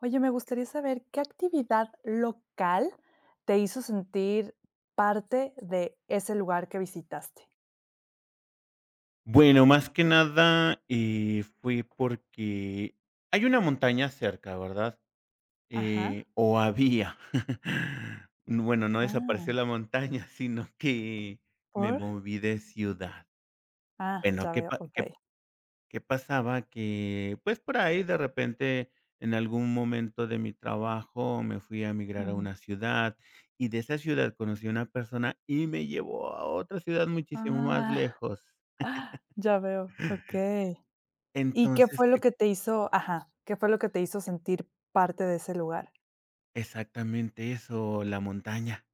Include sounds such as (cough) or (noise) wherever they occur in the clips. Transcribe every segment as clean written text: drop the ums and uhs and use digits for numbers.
Oye, me gustaría saber qué actividad local te hizo sentir parte de ese lugar que visitaste. Bueno, más que nada, fue porque hay una montaña cerca, ¿verdad? Ajá. O había. (laughs) Bueno, no desapareció Ah, la montaña, (laughs) sino que me ¿por? moví de ciudad. Ah, Bueno, ya ¿qué veo, pa qué okey. qué pasaba? Que, pues, por ahí de repente, en algún momento de mi trabajo, me fui a migrar a Ujú. una ciudad, y de esa ciudad conocí a una persona y me llevó a otra ciudad muchísimo más Ah, lejos. ah, ya veo, (laughs) okey. ¿Y Entonces, ¿qué qué fue lo que te hizo sentir parte de ese lugar? Exactamente eso, la montaña.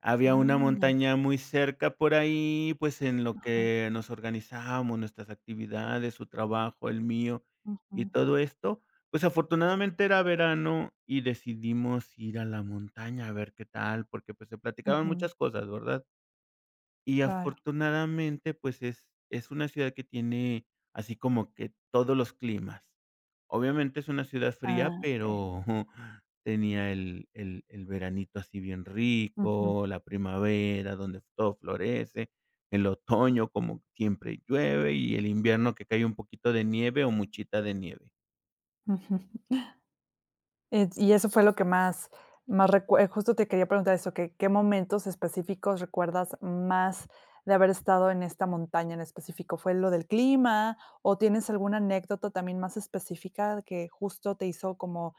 Había una Ah, montaña muy cerca por ahí, pues, en lo ajá, que nos organizábamos, nuestras actividades, su trabajo, el mío y ujú, todo esto. Pues, afortunadamente era verano y decidimos ir a la montaña a ver qué tal, porque, pues, se platicaban ujú, muchas cosas, ¿verdad? Y claro. afortunadamente, pues, es una ciudad que tiene así como que todos los climas. Obviamente es una ciudad fría, Ah, okey. pero (laughs) tenía el veranito así bien Ujú, rico, la primavera donde todo florece, el otoño como siempre llueve y el invierno que cae un poquito de nieve o muchita de nieve. ujú. Y eso fue lo que más más recue justo te quería preguntar eso, que, ¿qué momentos específicos recuerdas más de haber estado en esta montaña en específico? ¿Fue lo del clima o tienes alguna anécdota también más específica que justo te hizo como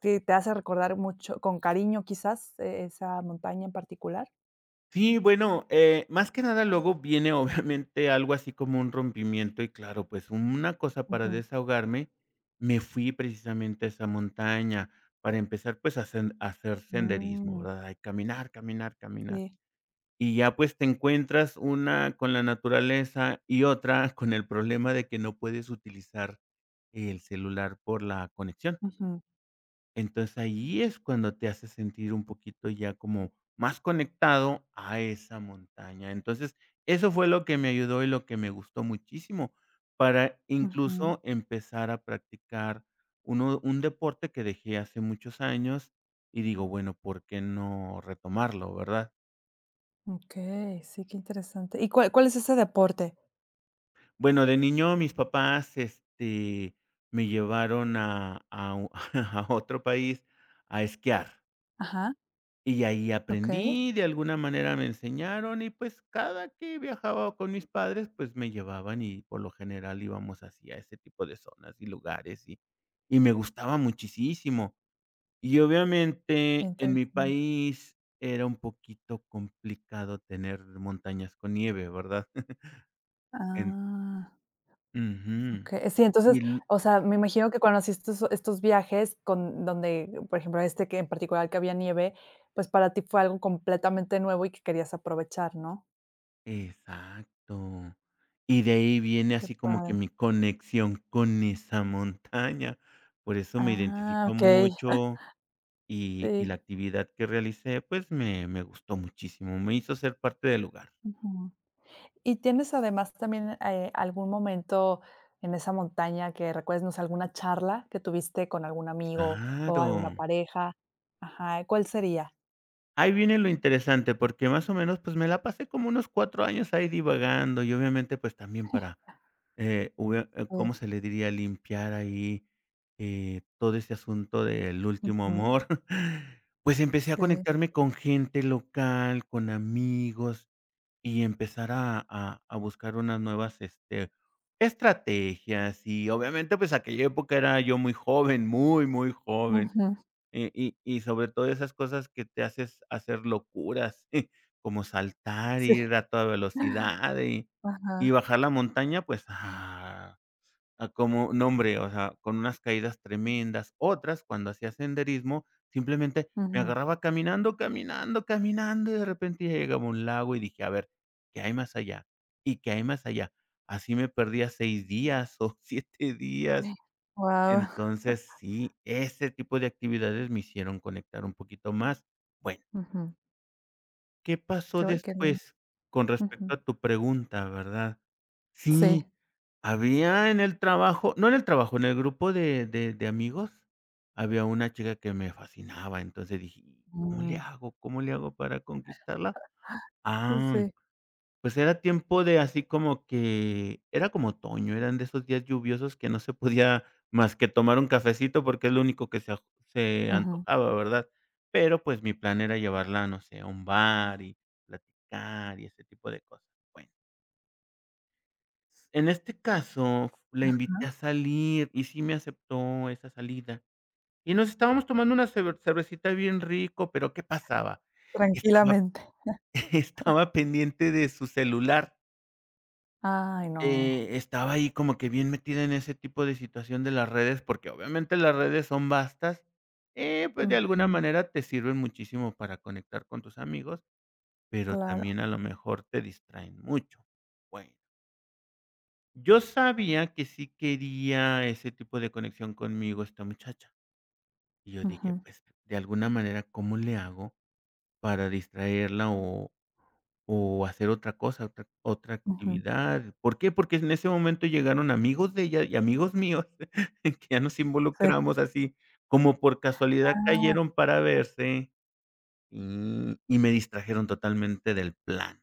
que te hace recordar mucho con cariño quizás, esa montaña en particular? Sí, bueno, más que nada luego viene obviamente algo así como un rompimiento y claro, pues una cosa para Ujú. desahogarme, me fui precisamente a esa montaña para empezar pues a hacer senderismo, Mm, ¿verdad? Ay, caminar, caminar, caminar. sí. Y ya pues te encuentras una con la naturaleza y otra con el problema de que no puedes utilizar el celular por la conexión. Ujú, Entonces, ahí es cuando te hace sentir un poquito ya como más conectado a esa montaña. Entonces, eso fue lo que me ayudó y lo que me gustó muchísimo para ujú. incluso empezar a practicar uno un deporte que dejé hace muchos años y digo, bueno, ¿por qué no retomarlo, verdad? Okey, sí, qué interesante. ¿Y cuál es ese deporte? Bueno, de niño mis papás, este, me llevaron a u (laughs) a otro país a esquiar. Ajá, Y ahí okey, aprendí, de alguna manera me enseñaron y, pues, cada que viajaba con mis padres, pues, me llevaban y por lo general íbamos hacia ese tipo de zonas y lugares y me gustaba muchísimo. Y qué obviamente en mi interesante. país era un poquito complicado tener montañas con nieve, ¿verdad? (laughs) En Ah. ujú. Okay, sí, Y entonces, o sea, me imagino que cuando haciste estos viajes con donde, por ejemplo, este que en particular que había nieve, pues, para ti fue algo completamente nuevo y que querías aprovechar, ¿no? Exacto. Y de ahí viene Qué así como que padre. mi conexión con esa montaña. Por eso me Ah, identifico okey, mucho y sí, la actividad que realicé, pues, me gustó muchísimo, me hizo ser parte del lugar. ujú. ¿Y tienes además también, algún momento en esa montaña que recuerdes, no sé, alguna charla que tuviste con algún amigo o alguna Claro. pareja? Ajá, ¿cuál sería? Ahí viene lo interesante, porque más o menos, pues, me la pasé como unos 4 años ahí divagando y obviamente, pues, también para hubie ¿cómo Sí, se le diría? Limpiar ahí, todo ese asunto del último ujú, amor. (laughs) Pues empecé a sí, conectarme con gente local, con amigos y empezar a buscar unas nuevas, este, estrategias y obviamente, pues, aquella época era yo muy joven, muy, muy joven. ujú, Y sobre todo esas cosas que te haces hacer locuras, (laughs) como saltar, sí, ir a toda velocidad y ajá, bajar la montaña, pues, ah, a como no, hombre, o sea, con unas caídas tremendas. Otras, cuando hacía senderismo, simplemente me ujú. agarraba caminando, caminando, caminando, y de repente ya llegaba a un lago y dije: "A ver, ¿qué hay más allá? ¿Y qué hay más allá?". Así me perdía 6 días o (laughs) 7 días. Wow. Entonces, sí, ese tipo de actividades me hicieron conectar un poquito más. Bueno, Ujú. ¿qué pasó Qué lindo. después? Con respecto Ujú. a tu pregunta, ¿verdad? Sí, Sí. había en el trabajo, no en el trabajo, en el grupo de amigos, había una chica que me fascinaba, entonces dije: "¿Cómo le Mm. hago? ¿Cómo le hago para conquistarla?". Ah. Sí. Pues era tiempo de así como que era como otoño, eran de esos días lluviosos que no se podía más que tomar un cafecito porque es lo único que se Ujú. antojaba, ¿verdad? Pero, pues, mi plan era llevarla, no sé, a un bar y platicar y ese tipo de cosas. Bueno, en este caso, la invité a Ajá. salir y sí me aceptó esa salida. Y nos estábamos tomando una cervecita bien rico, pero ¿qué pasaba? Estaba Tranquilamente. (laughs) estaba pendiente de su celular. Ay, no. Estaba ahí como que bien metida en ese tipo de situación de las redes, porque obviamente las redes son vastas, pues, de alguna Ujú. manera te sirven muchísimo para conectar con tus amigos, pero Claro. también a lo mejor te distraen mucho. Bueno, yo sabía que sí quería ese tipo de conexión conmigo esta muchacha, y yo dije: Ujú, "Pues, de alguna manera, ¿cómo le hago para distraerla O hacer otra cosa, otra ujú. actividad. ¿Por qué? Porque en ese momento llegaron amigos de ella y amigos míos, (laughs) que ya nos Sí. involucramos así, como por casualidad Ah, cayeron para verse, y me distrajeron totalmente del plan.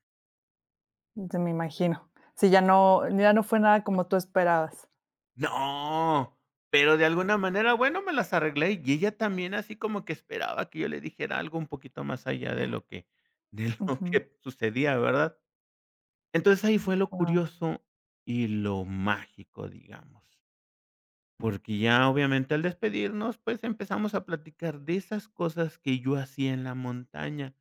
ya me imagino. Sí, ya no fue nada como tú esperabas. No, pero de alguna manera, bueno, me las arreglé, y ella también así como que esperaba que yo le dijera algo un poquito más allá de lo que (laughs) de lo Ujú. que sucedía, ¿verdad? Entonces, ahí fue lo Guau. curioso y lo mágico, digamos. Porque ya obviamente al despedirnos, pues, empezamos a platicar de esas cosas que yo hacía en la montaña.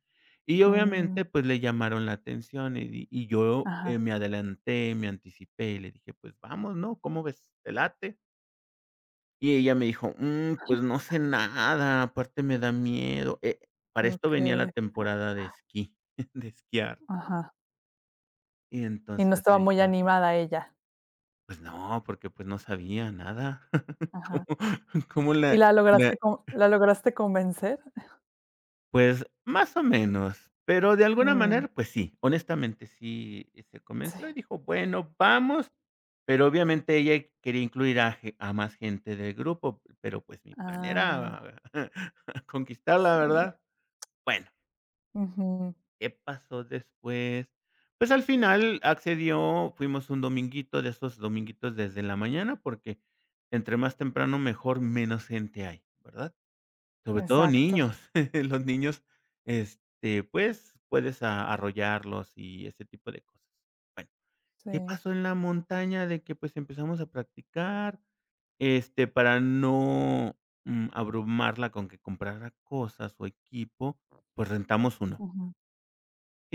Y Mm. obviamente, pues, le llamaron la atención, y yo, Ajá. Me adelanté, me anticipé, y le dije: "Pues vamos, ¿no? ¿Cómo ves? ¿Te late?". Y ella me dijo: "Mm, pues no sé nada, aparte me da miedo". Para esto venía la Okey. temporada de esquí, (laughs) de esquiar. Ajá. Y Y no entonces estaba muy ella, animada ella. pues no, porque, pues, no sabía nada. (laughs) ¿Cómo Ajá. ¿cómo ¿Y la la lograste convencer? Pues, más o menos, pero de alguna Mm. manera, pues sí, honestamente sí se Sí. convenció y dijo: "Bueno, vamos", pero obviamente ella quería incluir a más gente del grupo, pero pues mi plan Ah, era (laughs) conquistarla, sí. ¿verdad? Bueno, Ujú, ¿qué pasó después? Pues al final accedió, fuimos un dominguito, de esos dominguitos desde la mañana, porque entre más temprano mejor, menos gente hay, ¿verdad? Sobre todo exacto, niños, (laughs) los niños, este, pues, puedes a arrollarlos y ese tipo de cosas. sí, ¿Qué pasó en la montaña? De que, pues, empezamos a practicar, este, para no, mm, abrumarla con que comprara cosas o equipo, pues, rentamos uno. ujú,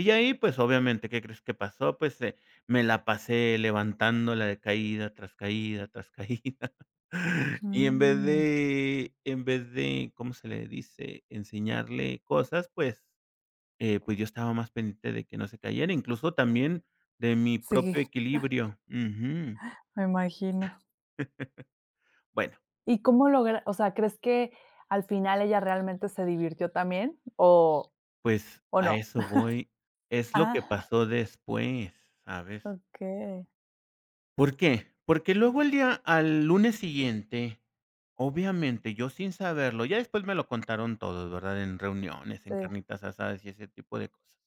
Y ahí, pues, obviamente, ¿qué crees que pasó? Pues, me la pasé levantándola de caída tras caída tras caída. (laughs) Y mm, en vez de, ¿cómo se le dice? Enseñarle cosas, pues, pues, yo estaba más pendiente de que no se cayera, incluso también de mi sí, propio equilibrio. Ujú. me imagino. Bueno, ¿Y cómo logra o sea, crees que al final ella realmente se divirtió también o pues, o a no? eso voy. Es lo que Ah, pasó después, (laughs) ¿sabes? okey, ¿Por qué? Porque luego el día al lunes siguiente, obviamente, yo sin saberlo, ya después me lo contaron todos, ¿verdad? En reuniones, en sí, carnitas asadas y ese tipo de cosas.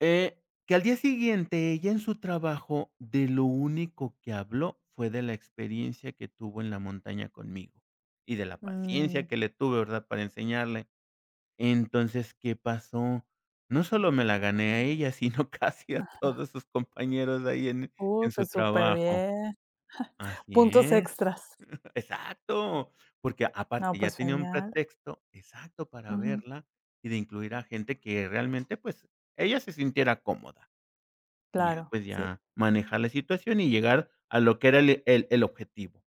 Que al día siguiente ella en su trabajo de lo único que habló fue de la experiencia que tuvo en la montaña conmigo y de la mm, paciencia que le tuve, ¿verdad? Para enseñarle. Entonces, ¿qué pasó? No solo me la gané a ella, sino (laughs) casi a todos sus compañeros ahí en su pues súper trabajo. bien. Así Puntos es, extras. exacto, porque aparte No, ya pues tenía un genial. pretexto exacto para Ujú, verla y de incluir a gente que realmente, pues, ella se sintiera cómoda y ya, claro, pues, sí, ya manejar la situación y llegar a lo que era el objetivo.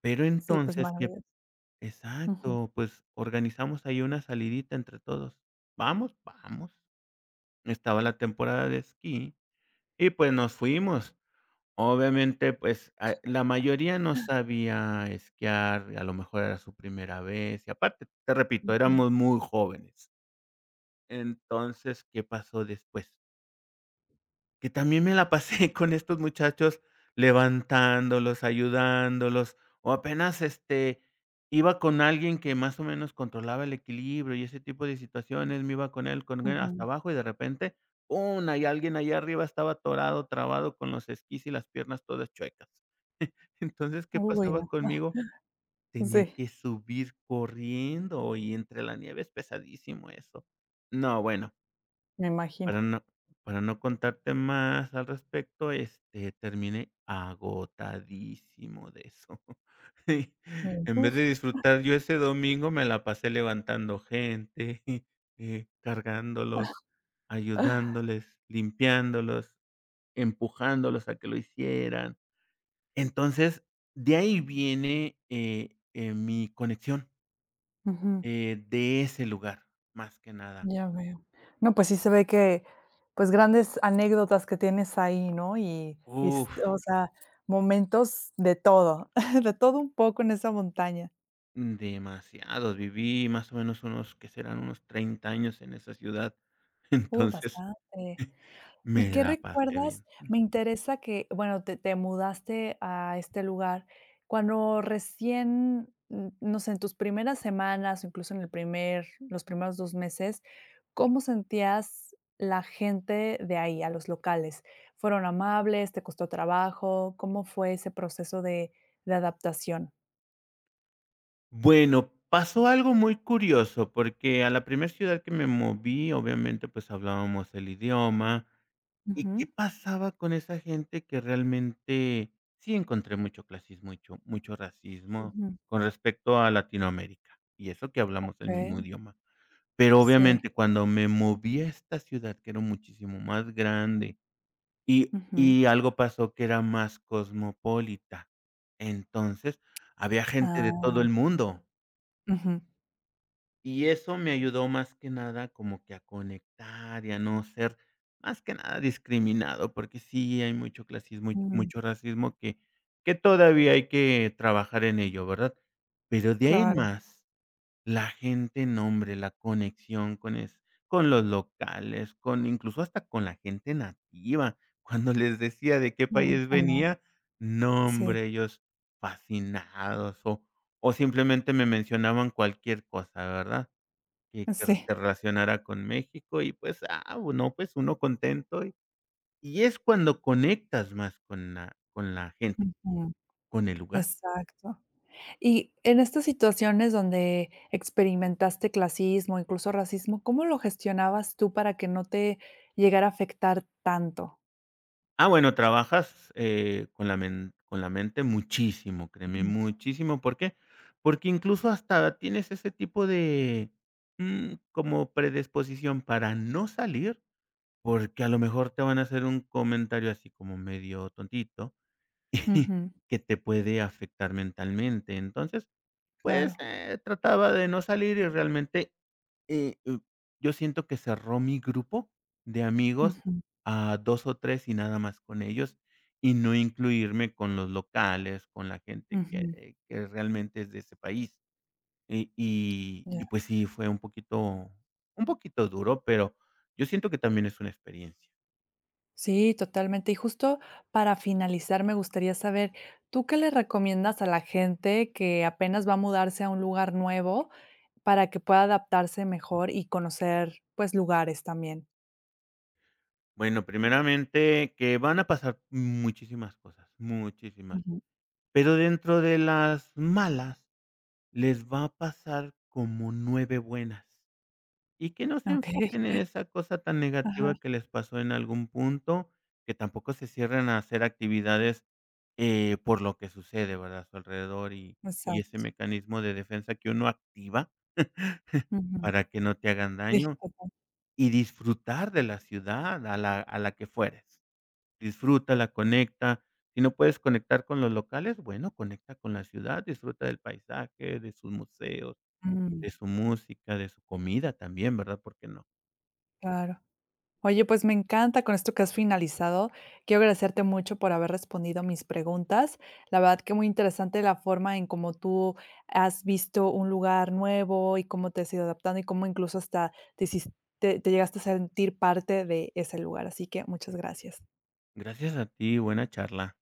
Pero sí, pues entonces que maravilloso. Ujú, exacto, pues, organizamos ahí una salidita entre todos. Vamos, vamos. Estaba la temporada de esquí y, pues, nos fuimos. Obviamente, pues, ah, la mayoría no sabía esquiar, a lo mejor era su primera vez, y aparte, te repito, ujú, éramos muy jóvenes. Entonces, ¿qué pasó después? Que también me la pasé (laughs) con estos muchachos levantándolos, ayudándolos, o apenas, este, iba con alguien que más o menos controlaba el equilibrio y ese tipo de situaciones, me iba con él, hasta ujú. abajo y de repente, pum, hay alguien allá arriba estaba atorado, trabado con los esquís y las piernas todas chuecas. Entonces, ¿qué Uy, pasaba no. conmigo? Tenía Sí, que subir corriendo y entre la nieve es pesadísimo eso. No, bueno, me imagino, para no para no contarte más al respecto, este, terminé agotadísimo de eso. (laughs) Sí, me en vez uf. de disfrutar yo ese domingo, me la pasé levantando gente, (laughs) cargándolos, (gasps) ayudándoles, limpiándolos, empujándolos a que lo hicieran. Entonces, de ahí viene, mi conexión, Ujú. De ese lugar, más que nada. Ya veo. No, pues sí se ve que, pues, grandes anécdotas que tienes ahí, ¿no? Y s Uf, o sea, momentos de todo, (laughs) de todo un poco en esa montaña. demasiados. Viví más o menos unos, que serán? Unos 30 años en esa ciudad. (laughs) Entonces, Bastante. ¿Y me qué la pasé recuerdas? bien. Me interesa que, bueno, te mudaste a este lugar. Cuando recién, no sé, en tus primeras semanas, o incluso en el primer los primeros 2 meses, ¿cómo sentías la gente de ahí, a los locales? ¿Fueron amables? ¿Te costó trabajo? ¿Cómo fue ese proceso de adaptación? Bueno, pasó algo muy curioso, porque a la primera ciudad que me moví, obviamente, pues hablábamos el idioma. ¿Y qué Ujú. pasaba con esa gente que realmente sí encontré mucho clasismo, mucho racismo Ujú. con respecto a Latinoamérica? Y eso que hablamos el Okey, mismo idioma. Pero, sí. obviamente, cuando me moví a esta ciudad, que era muchísimo más grande, y Ujú. y algo pasó que era más cosmopolita. Entonces, había gente de Ah, todo el mundo. ujú. Y eso me ayudó más que nada como que a conectar y a no ser más que nada discriminado, porque sí hay mucho clasismo y Mm, mucho racismo que todavía hay que trabajar en ello, ¿verdad? Pero de ahí en claro. más, la gente, no hombre, la conexión con los locales, con incluso hasta con la gente nativa. (laughs) Cuando les decía de qué No, país ojalá. venía, no Sí, hombre, ellos fascinados o simplemente me mencionaban cualquier cosa, ¿verdad? Y que sí. se relacionara con México y, pues, ah, bueno pues, uno contento y es cuando conectas más con la gente, Ujú, con el lugar. exacto. Y en estas situaciones donde experimentaste clasismo, incluso racismo, ¿cómo lo gestionabas tú para que no te llegara a afectar tanto? Ah, bueno, trabajas, con la mente muchísimo, créeme, Ujú, muchísimo, ¿por qué? Porque incluso hasta tienes ese tipo de, mm, como predisposición para no salir, porque a lo mejor te van a hacer un comentario así como medio tontito (laughs) ujú, que te puede afectar mentalmente. Entonces, claro. Pues, trataba de no salir y realmente, eh, uh, yo siento que cerró mi grupo de amigos Ujú, a 2 o 3 y nada más con ellos, y no incluirme con los locales, con la gente ujú, que realmente es de ese país. Y y ya. y pues sí, fue un poquito duro, pero yo siento que también es una experiencia. Sí, totalmente. Y justo para finalizar, me gustaría saber, ¿tú qué le recomiendas a la gente que apenas va a mudarse a un lugar nuevo para que pueda adaptarse mejor y conocer, pues, lugares también? Bueno, primeramente, que van a pasar muchísimas cosas, muchísimas. Ujú, Pero dentro de las malas Les va a pasar como 9 buenas, y que no se okey. enfoquen en esa cosa tan negativa Ajá. que les pasó en algún punto, que tampoco se cierren a hacer actividades, por lo que sucede, ¿verdad?, a su alrededor y ese Exacto. mecanismo de defensa que uno activa Ujú. para que no te hagan Sí, daño total. y disfrutar de la ciudad a la que fueres. Disfrútala, conecta, si no puedes conectar con los locales, bueno, conecta con la ciudad, disfruta del paisaje, de sus museos Mm, de su música, de su comida también, ¿verdad? ¿Por qué no? claro. Oye, pues me encanta con esto que has finalizado. Quiero agradecerte mucho por haber respondido mis preguntas. La verdad que muy interesante la forma en cómo tú has visto un lugar nuevo y cómo te has ido adaptando y cómo incluso hasta te hiciste te te llegaste a sentir parte de ese lugar. Así que muchas gracias. Gracias a ti, buena charla.